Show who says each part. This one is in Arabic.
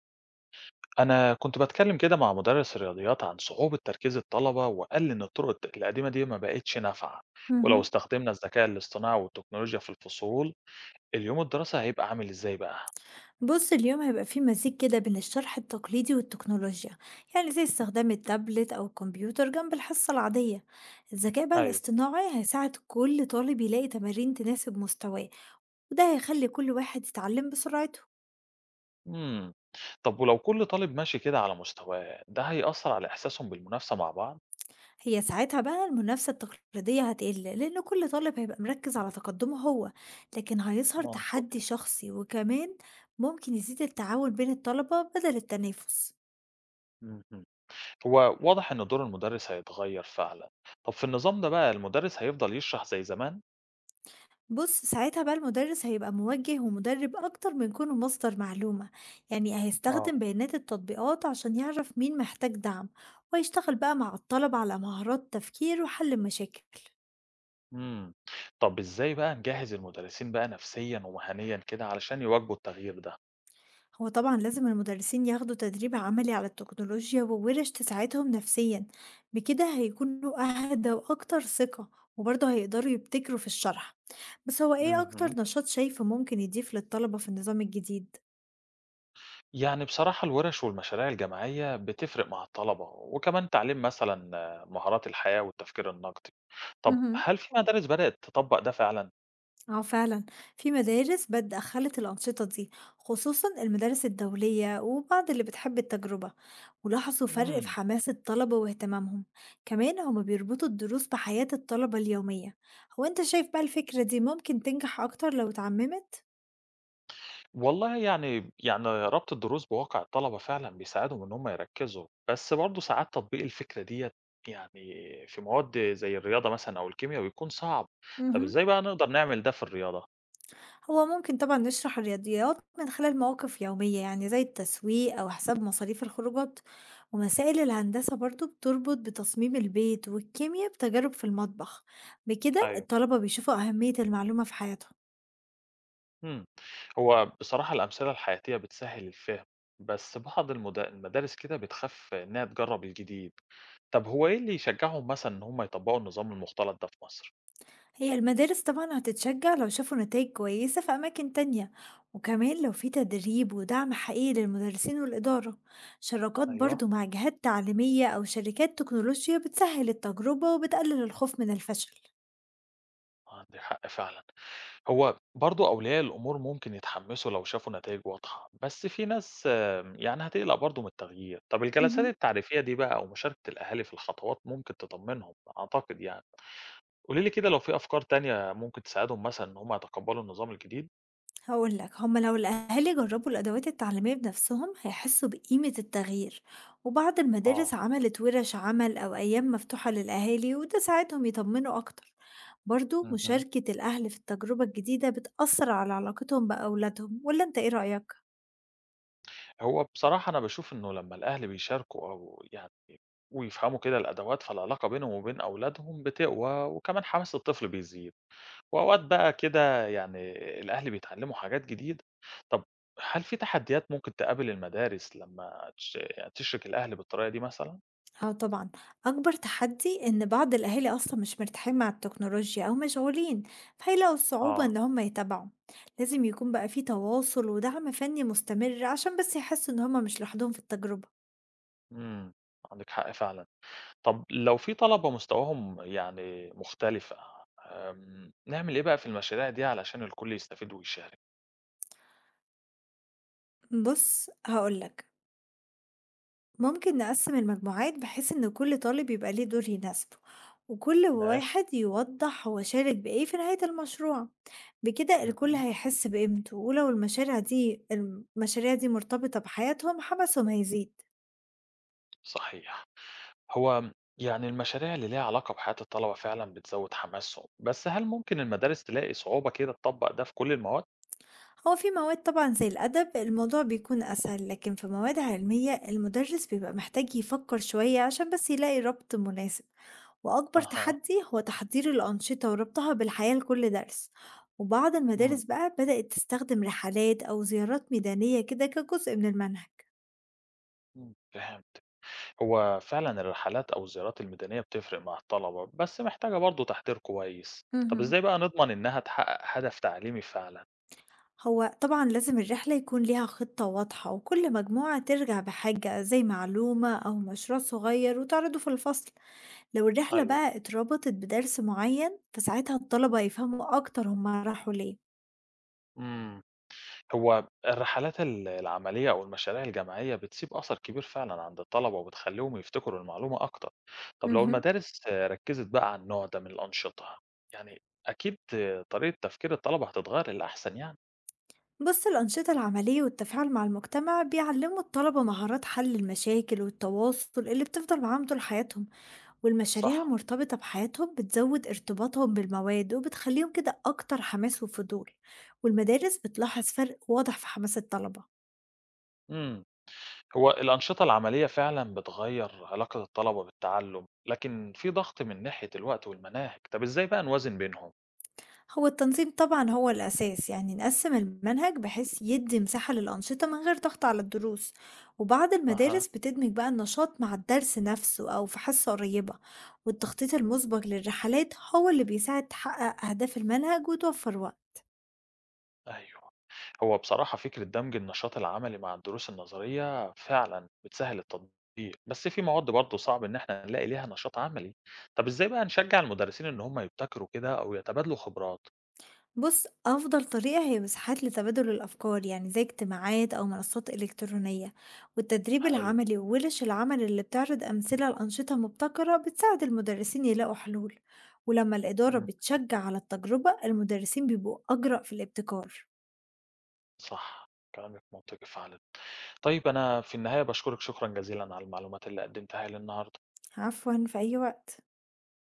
Speaker 1: أنا كنت بتكلم كده مع مدرس الرياضيات عن صعوبة تركيز الطلبة وقال لي إن الطرق القديمة دي ما بقتش نافعة، ولو
Speaker 2: اهم.
Speaker 1: استخدمنا الذكاء الاصطناعي والتكنولوجيا في الفصول اليوم الدراسي هيبقى عامل إزاي بقى؟
Speaker 2: بُص، اليوم هيبقى فيه مزيج كده بين الشرح التقليدي والتكنولوجيا، يعني زي استخدام التابلت أو الكمبيوتر جنب الحصة العادية، الذكاء بقى
Speaker 1: ايوه.
Speaker 2: الاصطناعي هيساعد كل طالب يلاقي تمارين تناسب مستواه، وده هيخلي كل واحد يتعلم بسرعته،
Speaker 1: مم. طب ولو كل طالب ماشي كده على مستواه ده هيأثر على إحساسهم بالمنافسة مع بعض؟
Speaker 2: هي ساعتها بقى المنافسة التقليدية هتقل لأن كل طالب هيبقى مركز على تقدمه هو، لكن هيظهر
Speaker 1: منطقي.
Speaker 2: تحدي شخصي وكمان ممكن يزيد التعاون بين الطلبة بدل التنافس.
Speaker 1: مهم. هو واضح إن دور المدرس هيتغير فعلا. طب في النظام ده بقى المدرس هيفضل يشرح زي زمان؟
Speaker 2: بُص، ساعتها بقى المُدرِّس هيبقى موجِّه ومُدرِّب أكتر من كونه مصدر معلومة، يعني
Speaker 1: آه.
Speaker 2: هيستخدم بيانات التطبيقات عشان يعرف مين محتاج دعم، وهيشتغل بقى مع الطلبة على مهارات تفكير وحل المشاكل.
Speaker 1: إمم. طب إزاي بقى نجهّز المدرسين بقى نفسيًا ومهنيًا كده علشان يواجهوا التغيير ده؟
Speaker 2: هو طبعًا لازم المُدرِّسين ياخدوا تدريب عملي على التكنولوجيا ووِرِش تساعدهم نفسيًا، بكده هيكونوا أهدى وأكتر ثقة، وبرضه هيقدروا يبتكروا في الشرح. بس هو إيه أكتر
Speaker 1: اهم.
Speaker 2: نشاط شايفه ممكن يضيف للطلبة في النظام الجديد؟
Speaker 1: يعني بصراحة الورش والمشاريع الجماعية بتفرق مع الطلبة، وكمان تعليم مثلًا مهارات الحياة والتفكير النقدي. طب
Speaker 2: اهم.
Speaker 1: هل في مدارس بدأت تطبّق ده فعلًا؟
Speaker 2: اه، فعلا في مدارس دخلت الأنشطة دي، خصوصا المدارس الدولية وبعض اللي بتحب التجربة، ولاحظوا فرق في
Speaker 1: إمم.
Speaker 2: حماس الطلبة واهتمامهم، كمان هما بيربطوا الدروس بحياة الطلبة اليومية. هو انت شايف بقى الفكرة دي ممكن تنجح أكتر لو اتعممت؟
Speaker 1: والله يعني ربط الدروس بواقع الطلبة فعلًا بيساعدهم إن هم يركّزوا، بس برضه ساعات تطبيق الفكرة ديّة يعني في مواد زي الرياضة مثلًا أو الكيميا بيكون صعب. طب
Speaker 2: مهم.
Speaker 1: إزاي بقى نقدر نعمل ده في الرياضة؟
Speaker 2: هو ممكن طبعًا نشرح الرياضيات من خلال مواقف يومية، يعني زي التسويق أو حساب مصاريف الخروجات، ومسائل الهندسة برضه بتربط بتصميم البيت، والكيميا بتجارب في المطبخ، بكده
Speaker 1: أيوه.
Speaker 2: الطلبة بيشوفوا أهمية المعلومة في حياتهم.
Speaker 1: إمم. هو بصراحة الأمثلة الحياتية بتسهّل الفهم، بس بعض المدارس كده بتخاف إنها تجرّب الجديد. طب هو إيه اللي يشجّعهم مثلًا إن هم يطبّقوا النظام المختلط ده في مصر؟
Speaker 2: هي المدارس طبعًا هتتشجع لو شافوا نتائج كويسة في أماكن تانية، وكمان لو في تدريب ودعم حقيقي للمدرسين والإدارة، شراكات
Speaker 1: أيوه،
Speaker 2: برضه مع جهات تعليمية أو شركات تكنولوجيا بتسهل التجربة وبتقلل الخوف من الفشل.
Speaker 1: عندِك حق فعلًا. هو برضه أولياء الأمور ممكن يتحمّسوا لو شافوا نتايج واضحة، بس في ناس يعني هتقلق برضه من التغيير. طب الجلسات
Speaker 2: مهم.
Speaker 1: التعريفية دي بقى أو مشاركة الأهالي في الخطوات ممكن تطمّنهم، أعتقد يعني. قولي لي كده لو في أفكار تانية ممكن تساعدهم مثلًا إن هم يتقبّلوا النظام الجديد؟
Speaker 2: هاقول لك، هم لو الأهالي جرّبوا الأدوات التعليمية بنفسهم هيحسوا بقيمة التغيير، وبعض
Speaker 1: آه.
Speaker 2: المدارس عملت ورش عمل أو أيام مفتوحة للأهالي وده ساعدهم يطمنوا أكتر، برضه
Speaker 1: اهم.
Speaker 2: مشاركة الأهل في التجربة الجديدة بتأثر على علاقتهم بأولادهم، والّا أنت إيه رأيك؟
Speaker 1: هو بصراحة أنا باشوف إنه لمّا الأهل بيشاركوا أو يعني ويفهموا كده الأدوات، فالعلاقة بينهم وبين أولادهم بتقوى وكمان حماس الطفل بيزيد، وأوقات بقى كده يعني الأهل بيتعلموا حاجات جديدة. طب هل في تحديات ممكن تقابل المدارس لمّا يعني تشرِك الأهل بالطريقة دي مثلًا؟
Speaker 2: آه طبعًا، أكبر تحدي إن بعض الأهالي أصلًا مش مرتاحين مع التكنولوجيا أو مشغولين، فهيلاقوا صعوبة
Speaker 1: آه،
Speaker 2: إن هم يتابعوا، لازم يكون بقى في تواصل ودعم فني مستمر عشان بس يحسوا إن هم مش لوحدهم في التجربة.
Speaker 1: إمم، عندِك حق فعلًا. طب لو في طلبة مستواهم يعني مختلفة، آمم، نعمل إيه بقى في المشاريع دي علشان الكل يستفيد ويشارك؟
Speaker 2: بُص، هاقول لك، ممكن نقسّم المجموعات بحيث إن كل طالب يبقى ليه دور يناسبه، وكل
Speaker 1: ماشي.
Speaker 2: واحد يوضّح هو شارك بإيه في نهاية المشروع، بكده الكل
Speaker 1: اهم.
Speaker 2: هيحس بقيمته، ولو المشاريع دي مرتبطة بحياتهم حماسهم هيزيد.
Speaker 1: صحيح. هو يعني المشاريع اللي ليها علاقة بحياة الطلبة فعلا بتزود حماسهم، بس هل ممكن المدارس تلاقي صعوبة كده تطبق ده في كل المواد؟
Speaker 2: هو في مواد طبعًا زي الأدب الموضوع بيكون أسهل، لكن في مواد علمية المدرس بيبقى محتاج يفكّر شوية عشان بس يلاقي ربط مناسب. وأكبر
Speaker 1: أها.
Speaker 2: تحدي هو تحضير الأنشطة وربطها بالحياة لكل درس، وبعض
Speaker 1: مم.
Speaker 2: المدارس بقى بدأت تستخدم رحلات أو زيارات ميدانية كده كجزء من المنهج.
Speaker 1: فهمت. هو فعلا الرحلات أو الزيارات الميدانية بتفرق مع الطلبة بس محتاجة برضو تحضير كويس. طب
Speaker 2: مهم.
Speaker 1: إزاي بقى نضمن إنها تحقق هدف تعليمي فعلا؟
Speaker 2: هو طبعا لازم الرحلة يكون ليها خطة واضحة، وكل مجموعة ترجع بحاجة زي معلومة أو مشروع صغير وتعرضه في الفصل، لو الرحلة
Speaker 1: ايوه.
Speaker 2: بقى اتربطت بدرس معين فساعتها الطلبة يفهموا أكتر هما راحوا ليه.
Speaker 1: مم. هو الرحلات العملية أو المشاريع الجماعية بتسيب أثر كبير فعلًا عند الطلبة وبتخلّيهم يفتكروا المعلومة أكتر. طب لو
Speaker 2: مهم.
Speaker 1: المدارس ركّزت بقى على النوع ده من الأنشطة، يعني أكيد طريقة تفكير الطلبة هتتغيّر للأحسن يعني.
Speaker 2: بص، الأنشطة العملية والتفاعل مع المجتمع بيعلموا الطلبة مهارات حل المشاكل والتواصل اللي بتفضل معاهم طول حياتهم، والمشاريع
Speaker 1: صح.
Speaker 2: المرتبطة بحياتهم بتزود ارتباطهم بالمواد وبتخليهم كده أكتر حماس وفضول، والمدارس بتلاحظ فرق واضح في حماس الطلبة.
Speaker 1: إمم. هو الأنشطة العملية فعلًا بتغيّر علاقة الطلبة بالتعلُّم، لكن في ضغط من ناحية الوقت والمناهج، طب إزاي بقى نوازن بينهم؟
Speaker 2: هو التنظيم طبعا هو الأساس، يعني نقسم المنهج بحيث يدي مساحة للأنشطة من غير ضغط على الدروس، وبعض
Speaker 1: أها،
Speaker 2: المدارس بتدمج بقى النشاط مع الدرس نفسه أو في حصة قريبة، والتخطيط المسبق للرحلات هو اللي بيساعد تحقق أهداف المنهج وتوفر وقت.
Speaker 1: أيوه. هو بصراحة فكرة دمج النشاط العملي مع الدروس النظرية فعلا بتسهل التطبيق، بس في مواد برضه صعب إن احنا نلاقي ليها نشاط عملي. طب إزاي بقى نشجع المدرسين إن هم يبتكروا كده أو يتبادلوا خبرات؟
Speaker 2: بُص، أفضل طريقة هي مساحات لتبادل الأفكار، يعني زي اجتماعات أو منصات إلكترونية، والتدريب
Speaker 1: حلو.
Speaker 2: العملي وورش العمل اللي بتعرض أمثلة لأنشطة مبتكرة بتساعد المدرسين يلاقوا حلول، ولما الإدارة
Speaker 1: مم،
Speaker 2: بتشجع على التجربة المدرسين بيبقوا أجرأ في الابتكار.
Speaker 1: صح كلامك منطقي فعلا. طيب أنا في النهاية بشكرك شكرا جزيلا على المعلومات اللي قدمتها لي النهاردة.
Speaker 2: عفوا، في أي وقت.